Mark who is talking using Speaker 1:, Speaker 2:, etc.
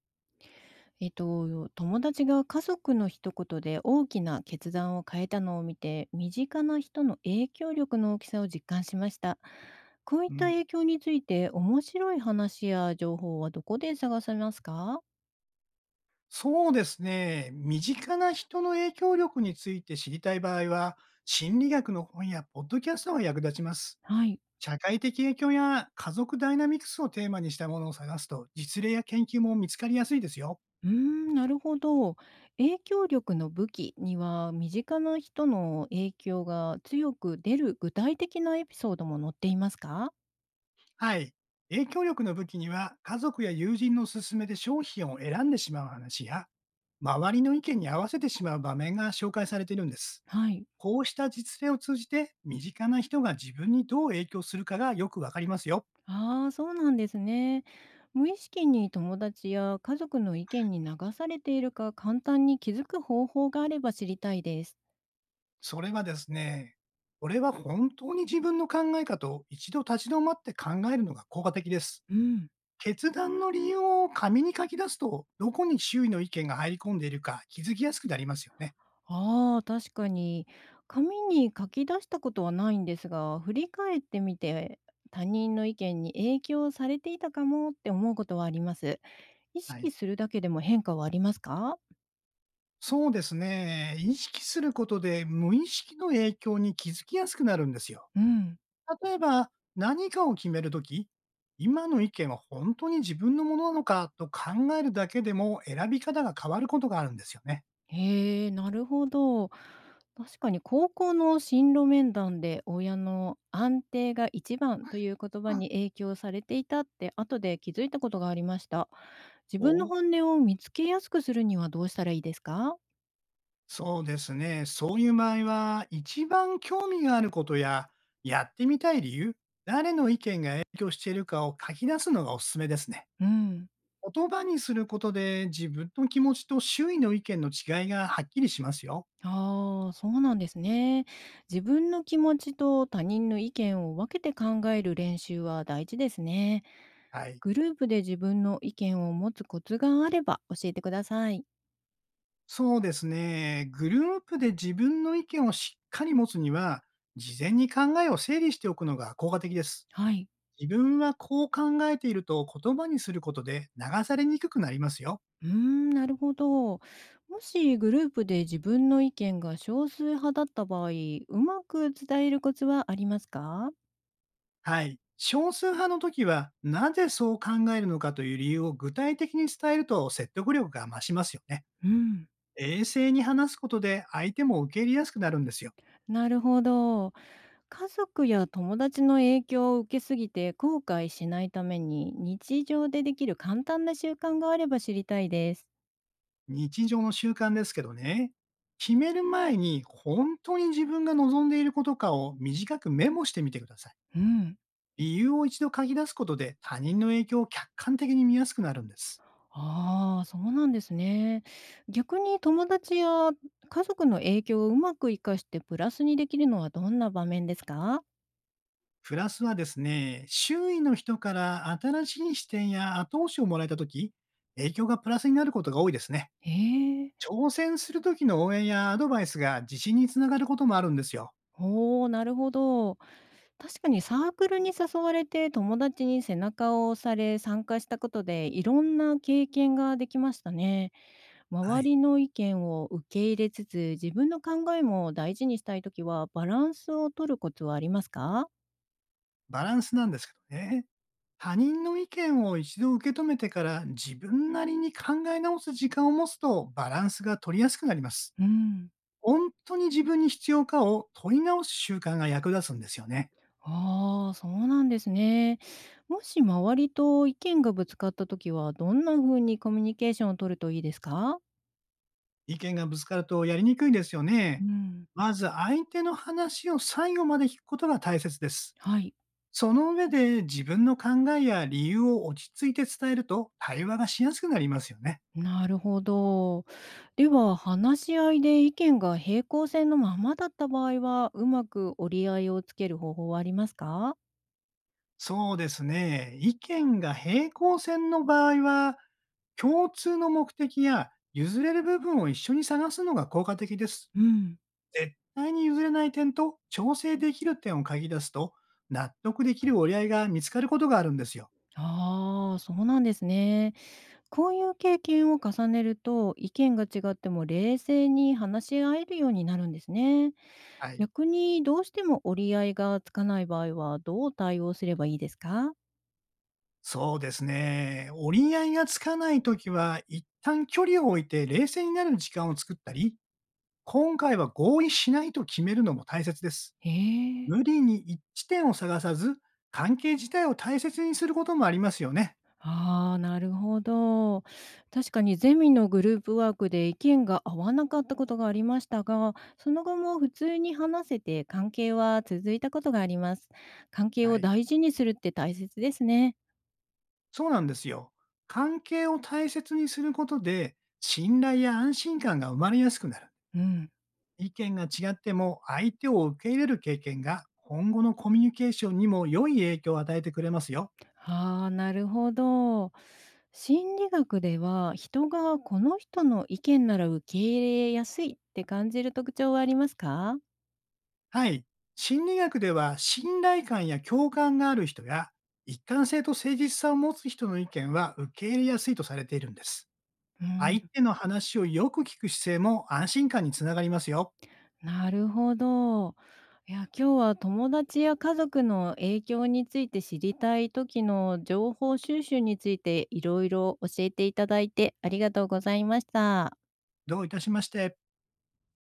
Speaker 1: 友達が家族の一言で大きな決断を変えたのを見て、身近な人の影響力の大きさを実感しました。こういっ
Speaker 2: う
Speaker 1: た
Speaker 2: ん、
Speaker 1: 影響について面白い話や情報はどこで探せますか？
Speaker 2: そうですね。身近な人の影響力について知りたい場合は、心理学の本やポッドキャストが役立ちます。
Speaker 1: はい。
Speaker 2: 社会的影響や家族ダイナミクスをテーマにしたものを探すと、実例や研究も見つかりやすいですよ。
Speaker 1: うーん、なるほど。影響力の武器には身近な人の影響が強く出る具体的なエピソードも載っていますか？
Speaker 2: はい。影響力の武器には、家族や友人の勧めで商品を選んでしまう話や、周りの意見に合わせてしまう場面が紹介されているんです。
Speaker 1: はい。
Speaker 2: こうした実例を通じて、身近な人が自分にどう影響するかがよくわかりますよ。
Speaker 1: ああ、そうなんですね。無意識に友達や家族の意見に流されているか簡単に気づく方法があれば知りたいです。
Speaker 2: それはですね、これは本当に自分の考え方を一度立ち止まって考えるのが効果的です。
Speaker 1: うん、
Speaker 2: 決断の理由を紙に書き出すと、どこに周囲の意見が入り込んでいるか気づきやすくなりますよね。
Speaker 1: ああ、確かに。紙に書き出したことはないんですが、振り返ってみて他人の意見に影響されていたかもって思うことはあります。意
Speaker 2: は
Speaker 1: 識
Speaker 2: い。
Speaker 1: するだけでも変化はありますか？
Speaker 2: そうですね。意識することで無意識の影響に気づきやすくなるんですよ。
Speaker 1: うん。
Speaker 2: 例えば、何かを決めるとき、今の意見は本当に自分のものなのかと考えるだけでも選び方が変わることがあるんですよね。
Speaker 1: へえ、なるほど。確かに高校の進路面談で親の安定が一番という言葉に影響されていたって後で気づいたことがありました。自分の
Speaker 2: お、
Speaker 1: 本音を見つけやすくするにはどうしたらいいですか？
Speaker 2: そうですね。そういう場合は、一番興味があることや、やってみたい理由、誰の意見が影響しているかを書き出すのがおすすめですね。
Speaker 1: うん。
Speaker 2: 言葉にすることで、自分の気持ちと周囲の意見の違いがはっきりしますよ。
Speaker 1: ああ、そうなんですね。自分の気持ちと他人の意見を分けて考える練習は大事ですね。
Speaker 2: はい。
Speaker 1: グループで自分の意見を持つコツがあれば教えてください。
Speaker 2: そうですね。グループで自分の意見をしっかり持つには、事前に考えを整理しておくのが効果的です。
Speaker 1: はい。
Speaker 2: 自分はこう考えていると言葉にすることで流されにくくなりますよ。
Speaker 1: うーん、なるほど。もしグループで自分の意見が少数派だった場合、うまく伝えるコツはありますか？
Speaker 2: はい。少数派の時は、なぜそう考えるのかという理由を具体的に伝えると説得力が増しますよね。
Speaker 1: うん、
Speaker 2: 冷静に話すことで相手も受け入れやすくなるんですよ。
Speaker 1: なるほど。家族や友達の影響を受けすぎて後悔しないために日常でできる簡単な習慣があれば知りたいです。
Speaker 2: 日常の習慣ですけどね。決める前に本当に自分が望んでいることかを短くメモしてみてください。
Speaker 1: うん、
Speaker 2: 理由を一度書き出すことで他人の影響を客観的に見やすくなるんです。
Speaker 1: ああ、そうなんですね。逆に友達や家族の影響をうまく活かしてプラスにできるのはどんな場面ですか？
Speaker 2: プラスはですね、周囲の人から新しい視点や後押しをもらえたとき、影響がプラスになることが多いですね。
Speaker 1: ええ。
Speaker 2: 挑戦するときの応援やアドバイスが自信につながることもあるんですよ。
Speaker 1: おお、なるほど。確かにサークルに誘われて友達に背中を押され参加したことでいろんな経験ができましたね。
Speaker 2: は
Speaker 1: 周
Speaker 2: い。
Speaker 1: りの意見を受け入れつつ自分の考えも大事にしたいときはバランスを取るコツはありますか？
Speaker 2: バランスなんですけどね。他人の意見を一度受け止めてから自分なりに考え直す時間を持つと、バランスが取りやすくなります。
Speaker 1: うん。
Speaker 2: 本当に自分に必要かを問い直す習慣が役立つんですよね。
Speaker 1: ああ、そうなんですね。もし周りと意見がぶつかったときはどんな風にコミュニケーションを取るといいですか？
Speaker 2: 意見がぶつかるとやりにくいですよ
Speaker 1: う
Speaker 2: ね。
Speaker 1: ん。
Speaker 2: まず相手の話を最後まで聞くことが大切です。
Speaker 1: はい。
Speaker 2: その上で自分の考えや理由を落ち着いて伝えると、対話がしやすくなりますよね。
Speaker 1: なるほど。では、話し合いで意見が平行線のままだった場合は、うまく折り合いをつける方法はありますか？
Speaker 2: そうですね。意見が平行線の場合は、共通の目的や譲れる部分を一緒に探すのが効果的です。
Speaker 1: うん、
Speaker 2: 絶対に譲れない点と調整できる点を書き出すと、納得できる折り合いが見つかることがあるんですよ。
Speaker 1: ああ、そうなんですね。こういう経験を重ねると、意見が違っても冷静に話し合えるようになるんですね。
Speaker 2: はい。
Speaker 1: 逆に、どうしても折り合いがつかない場合は、どう対応すればいいですか？
Speaker 2: そうですね。折り合いがつかないときは、一旦距離を置いて冷静になる時間を作ったり、今回は合意しないと決めるのも大切です。
Speaker 1: へえ。
Speaker 2: 無理に一致点を探さず、関係自体を大切にすることもありますよね。
Speaker 1: ああ、なるほど。確かにゼミのグループワークで意見が合わなかったことがありましたが、その後も普通に話せて関係は続いたことがあります。関係
Speaker 2: は
Speaker 1: を
Speaker 2: い。
Speaker 1: 大事にするって大切ですね。
Speaker 2: そうなんですよ。関係を大切にすることで、信頼や安心感が生まれやすくなる。
Speaker 1: うん。
Speaker 2: 意見が違っても相手を受け入れる経験が、今後のコミュニケーションにも良い影響を与えてくれますよ。
Speaker 1: ああ、なるほど。心理学では人がこの人の意見なら受け入れやすいって感じる特徴はありますか？
Speaker 2: はい。心理学では、信頼感や共感がある人や、一貫性と誠実さを持つ人の意見は受け入れやすいとされているんです。
Speaker 1: うん。
Speaker 2: 相手の話をよく聞く姿勢も安心感につながりますよ。
Speaker 1: なるほど。いや、今日は友達や家族の影響について知りたい時の情報収集についていろいろ教えていただいてありがとうございました。
Speaker 2: どういたしまして。